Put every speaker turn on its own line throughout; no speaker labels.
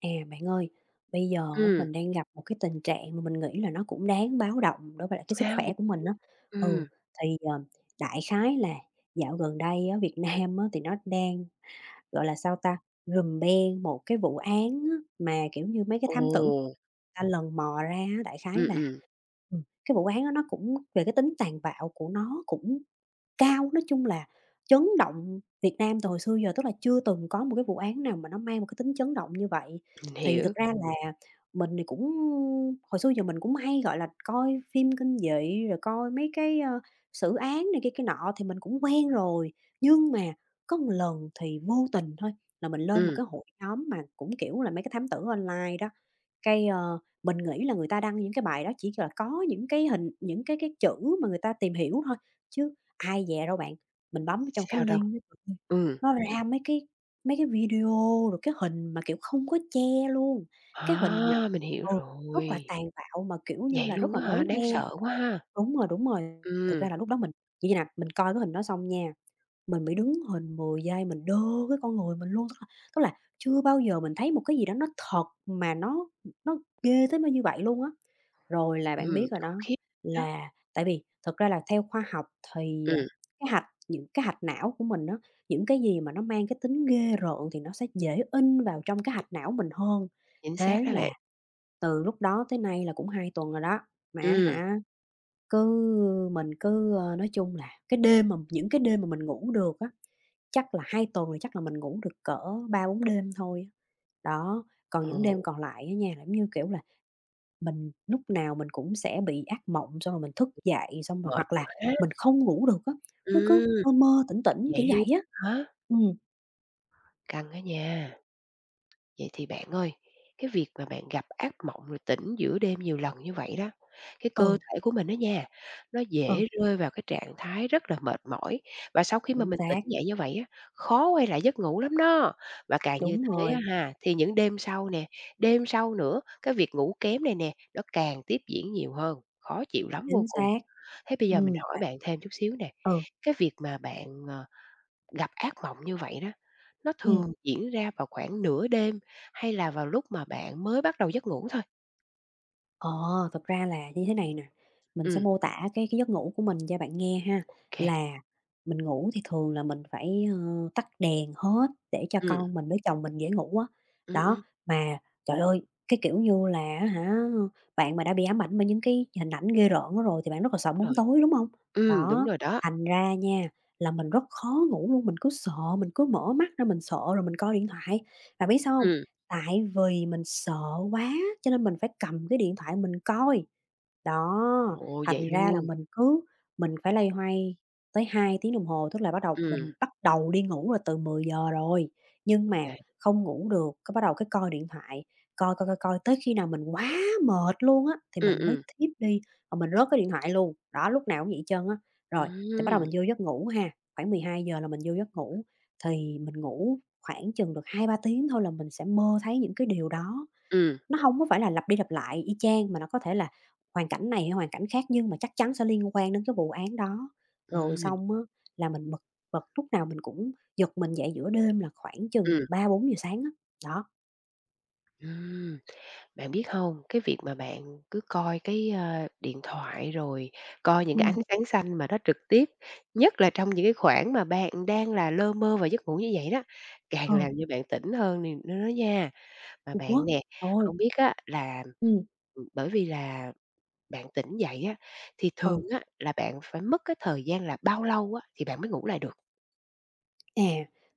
À, bạn ơi, bây giờ á,
Ừm.
mình đang gặp một cái tình trạng mà mình nghĩ là nó cũng đáng báo động đối với lại cái sức
Sao vậy?
khỏe của mình á. Ừ,
Ừm.
thì, đại khái là dạo gần đây á, Việt Nam á, thì nó đang, gọi là, sao ta, rùm beng một cái vụ án á, mà, kiểu như, mấy cái
Ồ.
thám tử ta lần mò ra á, đại khái
Ừm,
là. Cái vụ án đó nó cũng về cái tính tàn bạo của nó cũng cao, nói chung là chấn động Việt Nam từ hồi xưa giờ, tức là chưa từng có một cái vụ án nào mà nó mang một cái tính chấn động như vậy.
mình
Thì
hiểu.
thực ra là mình thì cũng hồi xưa giờ mình cũng hay, gọi là, coi phim kinh dị, rồi coi mấy cái, xử án này kia kia nọ thì mình cũng quen rồi. Nhưng mà có một lần thì vô tình thôi là mình lên một
Ừm.
cái hội nhóm mà cũng, kiểu là, mấy cái thám tử online đó. Cái, mình nghĩ là người ta đăng những cái bài đó chỉ là có những cái hình những cái chữ mà người ta tìm hiểu thôi, chứ ai dè đâu bạn. Mình bấm vô trong cái
Sao đâu?
link đó, trời ơi,
Ừm.
nó ra mấy cái video rồi cái hình mà, kiểu, không có che luôn, cái hình mà
À, mình hiểu
ừ, rất là
rồi.
tàn bạo mà, kiểu như
Vậy
là,
luôn
rất là
á hả?
máu
Đáng
me.
sợ quá ha.
Đúng rồi, đúng rồi. Thực
Ừm,
ra là lúc đó mình như vậy nè, mình coi cái hình đó xong nha, mình bị đứng hình 10 giây, mình đơ cái con người mình luôn, tức là chưa bao giờ mình thấy một cái gì đó nó thật mà nó ghê tới mức như vậy luôn á. Rồi là bạn
ừm,
biết rồi
khủng
đó,
khiếp đó.
là tại vì thật ra là theo khoa học thì,
Ừm.
cái hạch những cái hạch não của mình đó, những cái gì mà nó mang cái tính ghê rợn thì nó sẽ dễ in vào trong cái hạch não mình hơn.
Chính xác
Thế
đó
là
bạn.
từ lúc đó tới nay là cũng 2 tuần rồi đó, mà
Ừm.
hả, cứ mình cứ, nói chung là cái đêm mà những cái đêm mà mình ngủ được á, chắc là 2 tuần thì chắc là mình ngủ được cỡ ba bốn đêm thôi. Đó, còn những đêm
Ồ,
còn lại á nha, là, giống như, kiểu là, mình lúc nào mình cũng sẽ bị ác mộng, xong rồi mình thức dậy, xong rồi
mệt
hoặc là
quá.
mình không ngủ được á, nó cứ
Ừm.
mơ mơ tỉnh tỉnh,
Vậy
kiểu
luôn
vậy á.
hả?
Ừ,
Căng á nha. Vậy thì bạn ơi, cái việc mà bạn gặp ác mộng rồi tỉnh giữa đêm nhiều lần như vậy đó, cái cơ
ừ,
thể của mình đó nha, nó
ừ,
dễ rơi vào cái trạng thái rất là mệt mỏi, và sau khi mà
chính
mình tỉnh
xác,
dậy như vậy á, khó quay lại giấc ngủ lắm đó. Và càng như
đúng
thế á
rồi,
ha, thì những đêm sau nè, đêm sau nữa, cái việc ngủ kém này nè, nó càng tiếp diễn nhiều hơn, khó chịu lắm vô
chính
cùng.
xác.
Thế bây giờ mình
Ừ
hỏi
bạn.
bạn thêm chút xíu nè,
Ừ,
cái việc mà bạn, Gặp ác mộng như vậy đó, nó
ừm.
thường diễn ra vào khoảng nửa đêm hay là vào lúc mà bạn mới bắt đầu giấc ngủ thôi.
Ờ, thật ra là như thế này nè, mình sẽ
Ừm,
mô tả cái giấc ngủ của mình cho bạn nghe ha,
ok kê.
là mình ngủ thì thường là mình phải, tắt đèn hết để cho
Ừm,
con mình với chồng mình dễ ngủ á.
ừm,
Đó, mà trời ơi, cái kiểu như là hả, bạn mà đã bị ám ảnh bởi những cái hình ảnh ghê rợn đó rồi thì bạn rất là
đúng
sợ bóng
rồi.
tối, đúng không?
Đúng
Đó,
rồi đó.
thành ra nha, là mình rất khó ngủ luôn, mình cứ sợ, mình cứ mở mắt ra mình sợ rồi mình coi điện thoại. Bạn biết sao không?
Ừm.
Tại vì mình sợ quá, cho nên mình phải cầm cái điện thoại mình coi. Đó,
Ồ, vậy
thành ra là
luôn.
mình cứ mình phải loay hoay tới 2 tiếng đồng hồ, tức là bắt đầu
Ừm,
mình bắt đầu đi ngủ là từ 10 giờ rồi, nhưng mà
là
không ngủ được, cái bắt đầu cái coi điện thoại, coi, coi, coi, coi tới khi nào mình quá mệt luôn á, thì
ừm,
mình mới
ừm.
thiếp đi, và mình rớt cái điện thoại luôn. Đó, lúc nào cũng vậy hết trơn á. Rồi, thì bắt đầu
Ừm,
mình vô giấc ngủ ha, khoảng 12 giờ là mình vô giấc ngủ, thì mình ngủ khoảng chừng được hai ba tiếng thôi là mình sẽ mơ thấy những cái điều đó,
ừm,
nó không có phải là lặp đi lặp lại y chang mà nó có thể là hoàn cảnh này hay hoàn cảnh khác nhưng mà chắc chắn sẽ liên quan đến cái vụ án đó. Rồi
mình
xong á là mình bật, lúc nào mình cũng giật mình dậy giữa đêm là khoảng chừng
ừm,
ba bốn giờ sáng á, đó.
ừm. Bạn biết không, cái việc mà bạn cứ coi cái, điện thoại, rồi coi những
Ừ.
cái ánh sáng xanh mà nó trực tiếp, nhất là trong những cái khoảng mà bạn đang là lơ mơ và giấc ngủ như vậy đó, càng
Ừ.
làm cho bạn tỉnh hơn nè nữa đó nha. Mà bạn
Ủa?
nè,
Trời ơi!
không biết á là, ừ, bởi vì là bạn tỉnh dậy á, thì thường
Ừ.
á là bạn phải mất cái thời gian là bao lâu á thì bạn mới ngủ lại được?
À,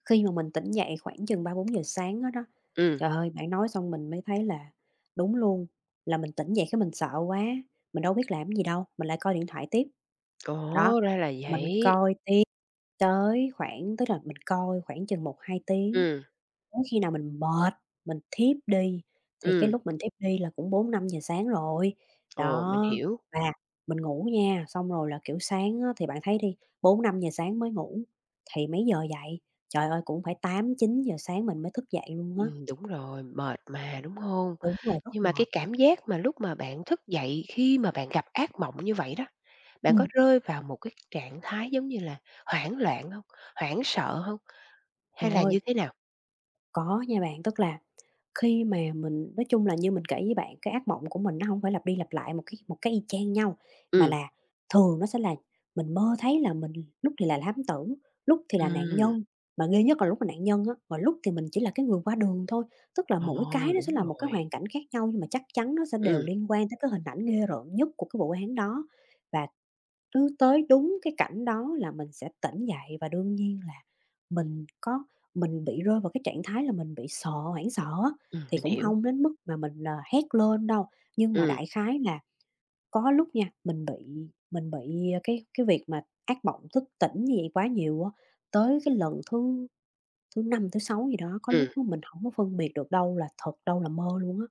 khi mà mình tỉnh dậy khoảng chừng ba bốn giờ sáng á đó,
Ừm.
trời ơi, bạn nói xong mình mới thấy là đúng luôn, là mình tỉnh dậy cái mình sợ quá, mình đâu biết làm gì đâu, mình lại coi điện thoại tiếp.
Ồ,
Đó,
ra là
mình
vậy.
coi tiếp tới khoảng, tức là mình coi khoảng chừng một hai tiếng,
Ừm,
tới khi nào mình mệt, mình thiếp đi, thì cái
ừm,
lúc mình thiếp đi là cũng bốn năm giờ sáng rồi.
ồ, mình
Đó,
hiểu.
và mình ngủ nha, xong rồi là, kiểu, sáng á thì bạn thấy đi, bốn năm giờ sáng mới ngủ, thì mấy giờ dậy? Trời ơi, cũng phải tám chín giờ sáng mình mới thức dậy luôn á.
Đúng rồi, mệt mà, đúng không?
Đúng rồi, rất
Nhưng mà cái
mệt.
cảm giác mà lúc mà bạn thức dậy khi mà bạn gặp ác mộng như vậy đó, bạn có
Ừm,
rơi vào một cái trạng thái giống như là hoảng loạn không? Hoảng sợ không?
trời
Hay là như
ơi,
thế nào?
có nha bạn, tức là khi mà mình nói chung là như mình kể với bạn, cái ác mộng của mình nó không phải lặp đi lặp lại một cái y chang nhau, mà
Ừm,
là thường nó sẽ là mình mơ thấy là mình lúc thì là thám tử, lúc thì là nạn
ừm.
nhân, mà ghê nhất là lúc là nạn nhân á, và lúc thì mình chỉ là cái người qua đường thôi. Tức là
Ồ,
mỗi cái nó sẽ
đúng
là một cái
rồi.
hoàn cảnh khác nhau nhưng mà chắc chắn nó sẽ đều
Ừm,
liên quan tới cái hình ảnh ghê rợn nhất của cái vụ án đó. Và cứ tới đúng cái cảnh đó là mình sẽ tỉnh dậy và đương nhiên là mình có mình bị rơi vào cái trạng thái là mình bị sợ, hoảng sợ á, thì
mình
cũng
hiểu.
không đến mức mà mình, hét lên đâu. Nhưng mà
Ừm,
đại khái là có lúc nha, mình bị, cái việc mà ác mộng thức tỉnh như vậy quá nhiều á, tới cái lần thứ thứ 5 thứ 6 gì đó, có
ừm.
lúc á mình không có phân biệt được đâu là thật, đâu là mơ luôn á.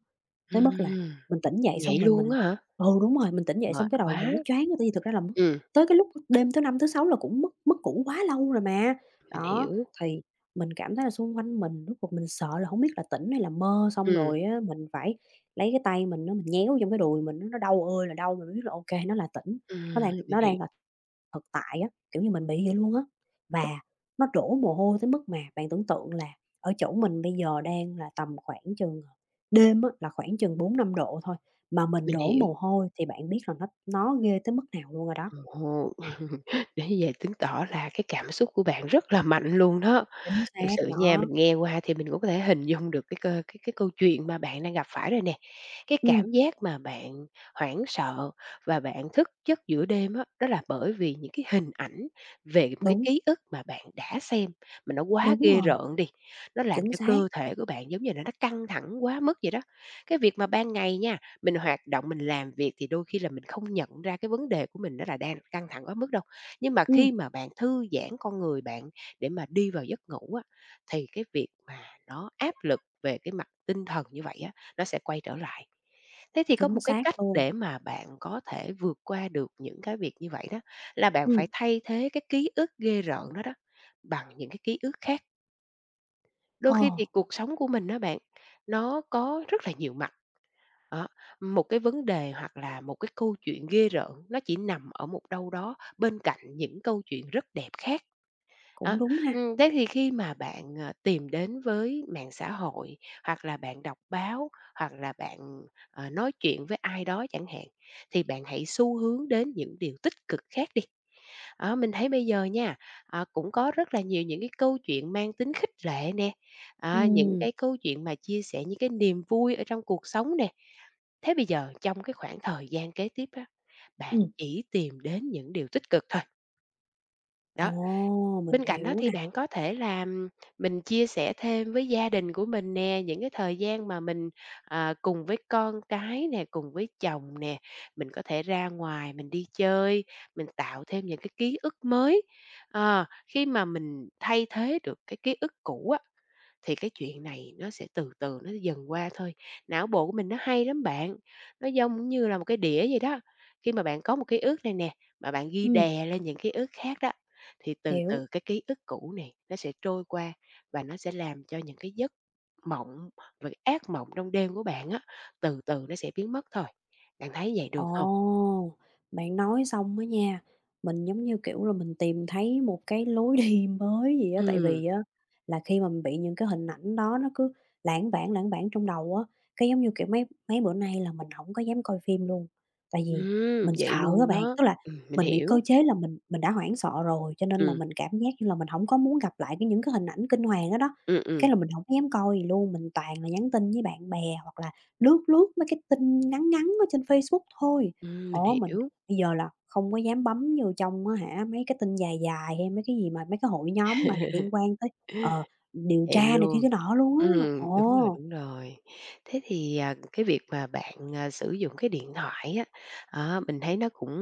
Tới mức là
Ừm.
mình tỉnh dậy
Vậy
xong rồi
luôn
mình,
á hả?
ừ, đúng rồi, mình tỉnh dậy xong
Mệt
cái đầu mình
quá.
nó choáng, tại vì thực ra là mất
Ừm,
tới cái lúc đêm thứ Năm, thứ Sáu là cũng mất mất ngủ quá lâu rồi mà.
mình
Đó,
hiểu.
thì mình cảm thấy là xung quanh mình lúc cuộc mình sợ là không biết là tỉnh hay là mơ, xong
Ừm,
rồi á mình phải lấy cái tay mình mình nhéo trong cái đùi mình á, nó đau ơi là đau, mình biết là ok nó là tỉnh,
mình
nó
hiểu,
đang là thực tại á, kiểu như, mình bị vậy luôn á. Và nó đổ mồ hôi tới mức mà bạn tưởng tượng là ở chỗ mình bây giờ đang là tầm khoảng chừng, đêm á, là khoảng chừng bốn năm độ thôi, mà mình
mình
đổ
hiểu.
mồ hôi thì bạn biết là nó ghê tới mức nào luôn rồi đó.
Ồ, đến như chứng tỏ là cái cảm xúc của bạn rất là mạnh luôn đó.
Chính
Thực
xác.
sự nha,
Đó,
mình nghe qua thì mình cũng có thể hình dung được cái cơ cái câu chuyện mà bạn đang gặp phải rồi nè. Cái
ừm,
cảm giác mà bạn hoảng sợ và bạn thức giấc giữa đêm á, đó là bởi vì những cái hình ảnh về một cái
đúng,
ký ức mà bạn đã xem mà nó quá
đúng
ghê
rồi,
rợn đi, nó làm
chính
cho
xác,
cơ thể của bạn giống như là nó căng thẳng quá mức vậy đó. Cái việc mà ban ngày nha, mình hoạt động, mình làm việc thì đôi khi là mình không nhận ra cái vấn đề của mình nó là đang căng thẳng quá mức đâu. Nhưng mà
ừm,
khi mà bạn thư giãn con người bạn để mà đi vào giấc ngủ á, thì cái việc mà nó áp lực về cái mặt tinh thần như vậy á, nó sẽ quay trở lại. Thế thì có
chính
một cái
xác
cách
luôn,
để mà bạn có thể vượt qua được những cái việc như vậy đó, là bạn phải
ừm,
thay thế cái ký ức ghê rợn đó đó, bằng những cái ký ức khác. Đôi
ờ,
khi thì cuộc sống của mình đó bạn, nó có rất là nhiều mặt. Đó, một cái vấn đề hoặc là một cái câu chuyện ghê rợn nó chỉ nằm ở một đâu đó bên cạnh những câu chuyện rất đẹp khác. Đó,
cũng đúng ha,
thế thì khi mà bạn, tìm đến với mạng xã hội, hoặc là bạn đọc báo, hoặc là bạn, nói chuyện với ai đó chẳng hạn, thì bạn hãy xu hướng đến những điều tích cực khác đi. Đó, mình thấy bây giờ nha, cũng có rất là nhiều những cái câu chuyện mang tính khích lệ nè, à, những
ừm,
cái câu chuyện mà chia sẻ những cái niềm vui ở trong cuộc sống nè. Thế bây giờ trong cái khoảng thời gian kế tiếp á, bạn
ừm,
chỉ tìm đến những điều tích cực thôi.
ồ,
Đó.
mình
Bên cạnh đó
hiểu
thì
nè,
bạn có thể là mình chia sẻ thêm với gia đình của mình nè, những cái thời gian mà mình, cùng với con cái nè, cùng với chồng nè, mình có thể ra ngoài mình đi chơi, mình tạo thêm những cái ký ức mới. Ờ, khi mà mình thay thế được cái ký ức cũ á, thì cái chuyện này nó sẽ từ từ nó dần qua thôi. Não bộ của mình nó hay lắm bạn, nó giống như là một cái đĩa vậy đó. Khi mà bạn có một ký ức này nè, mà bạn ghi
ừm,
đè lên những ký ức khác đó, thì từ
hiểu.
từ cái ký ức cũ này nó sẽ trôi qua, và nó sẽ làm cho những cái giấc mộng và cái ác mộng trong đêm của bạn á, từ từ nó sẽ biến mất thôi. Bạn thấy vậy được không?
Ồ, bạn nói xong á nha, mình giống như, kiểu là, mình tìm thấy một cái lối đi mới gì á. Tại
Ừm,
vì á là khi mà mình bị những cái hình ảnh đó nó cứ lãng vảng trong đầu á, cái, giống như, kiểu, mấy mấy bữa nay là mình không có dám coi phim luôn. Tại vì mình
vậy
sợ á
luôn
bạn,
đó.
tức là
Mình
mình bị
hiểu.
cơ chế là mình đã hoảng sợ rồi, cho nên là
Ừm,
mình cảm giác như là mình không có muốn gặp lại những cái hình ảnh kinh hoàng đó đó.
ừm,
Cái
ừm,
là mình hổng dám coi gì luôn, mình toàn là nhắn tin với bạn bè hoặc là lướt lướt mấy cái tin ngắn ngắn ở trên Facebook thôi.
mình
Ủa, mình
hiểu.
bây giờ là không có dám bấm vô trong á hả, mấy cái tin dài dài hay mấy cái gì mà mấy cái hội nhóm mà liên quan tới, ờ, điều
Vậy
tra này kia
luôn.
cái nọ luôn á.
Đúng rồi,
Ồ,
đúng rồi. Thế thì, à, cái việc mà bạn, à, sử dụng cái điện thoại á, mình thấy nó cũng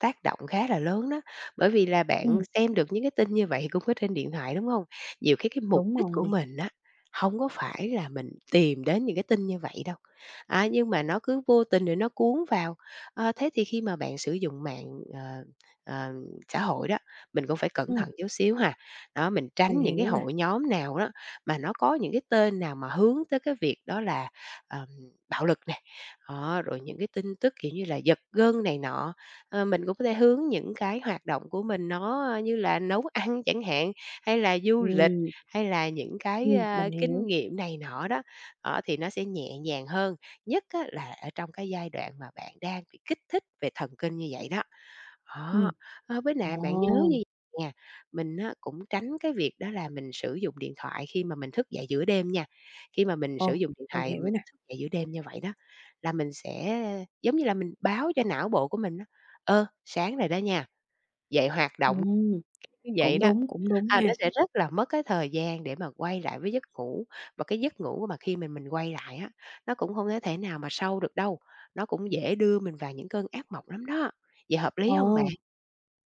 tác động khá là lớn đó, bởi vì là bạn
ừm,
xem được những cái tin như vậy cũng có trên điện thoại, đúng hông? Nhiều khi cái mục
đúng
đích của
rồi,
mình á, hông có phải là mình tìm đến những cái tin như vậy đâu, à, nhưng mà nó cứ vô tình rồi nó cuốn vào. Ờ, thế thì khi mà bạn sử dụng mạng, ờ, ờ, xã hội đó, mình cũng phải cẩn
ừm,
thận chút xíu ha. Đó, mình
mình
tránh những cái
hiểu nè,
hội nhóm nào đó mà nó có những cái tên nào mà hướng tới cái việc đó là, ờm, bạo lực này, đó, rồi những cái tin tức, kiểu như là, giật gân này nọ. Ờ, mình cũng có thể hướng những cái hoạt động của mình nó, như là nấu ăn chẳng hạn, hay là du lịch,
ừm,
hay là những cái,
mình
kinh
hiểu,
nghiệm này nọ đó, đó, thì nó sẽ nhẹ nhàng hơn, nhất á là ở trong cái giai đoạn mà bạn đang bị kích thích về thần kinh như vậy đó. Đó,
ừm,
với lại bạn nhớ như
ồ,
nè, mình á, cũng tránh cái việc đó là mình sử dụng điện thoại khi mà mình thức dậy giữa đêm nha. Khi mà mình sử
ồ,
dụng điện
mình
thoại
hiểu
mình
nè,
thức dậy giữa đêm như vậy đó, là mình sẽ giống như là mình báo cho não bộ của mình á, "Ơ, sáng rồi đó nha, dậy hoạt động."
ừm,
Như vậy đó,
cũng đúng
à, nó
ha,
sẽ rất là mất cái thời gian để mà quay lại với giấc ngủ, và cái giấc ngủ mà khi mình quay lại á, nó cũng không có thể nào mà sâu được đâu, nó cũng dễ đưa mình vào những cơn ác mộng lắm đó. Vậy hợp
ờ.
lý không bạn?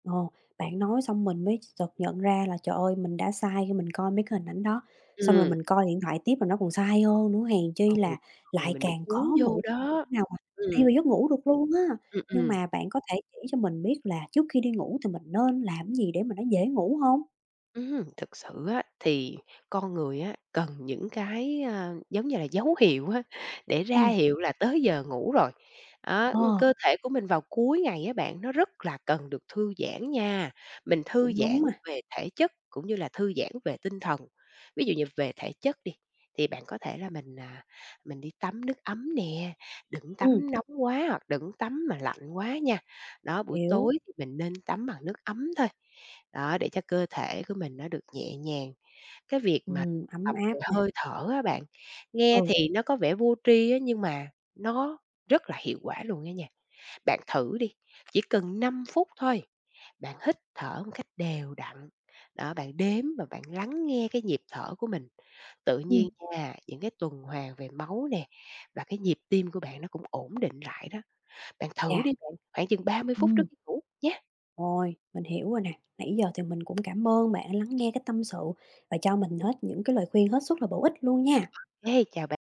Ồ, bạn nói xong mình mới chợt nhận ra là, trời ơi, mình đã sai khi mình coi mấy cái hình ảnh đó, xong rồi
Ừm.
mình coi điện thoại tiếp là nó còn sai hơn nữa, hèn chi
Ừ,
là
rồi
lại
mình bị
càng
cuốn
khó
vô
ngủ.
đó.
Thế nào mà đi
Ừm,
vào giấc ngủ được luôn á.
ừm,
Nhưng
ừm.
mà bạn có thể chỉ cho mình biết là trước khi đi ngủ thì mình nên làm gì để mà nó dễ ngủ không?
Thực sự á, thì con người á, cần những cái, giống như là, dấu hiệu á, để
Ừ.
ra hiệu là tới giờ ngủ rồi. Đó, ưm,
Ờ,
cơ thể của mình vào cuối ngày á bạn, nó rất là cần được thư giãn nha. Mình thư
cũng đúng
giãn
mà.
về thể chất cũng như là thư giãn về tinh thần. Ví dụ như về thể chất đi, thì bạn có thể là mình, mình đi tắm nước ấm nè, đừng
Ừm.
tắm nóng quá hoặc đừng tắm mà lạnh quá nha. Đó, buổi
Hiểu,
tối thì mình nên tắm bằng nước ấm thôi, đó, để cho cơ thể của mình nó được nhẹ nhàng. Cái việc mà
ấm
tập về
áp nè,
hơi thở á bạn, nghe
ừ.
thì nó có vẻ vô tri á, nhưng mà nó rất là hiệu quả luôn á nha. Bạn thử đi, chỉ cần 5 phút thôi, bạn hít thở một cách đều đặn, đó, bạn đếm và bạn lắng nghe cái nhịp thở của mình. Tự
Ừm.
nhiên nha, những cái tuần hoàn về máu nè, và cái nhịp tim của bạn nó cũng ổn định lại đó. Bạn thử
Chà.
đi bạn, khoảng chừng 30 phút trước
Ừm.
khi ngủ nhé.
Rồi, mình hiểu rồi nè. Nãy giờ thì mình cũng cảm ơn bạn lắng nghe cái tâm sự và cho mình hết những cái lời khuyên hết sức là bổ ích luôn nha.
Ê, chào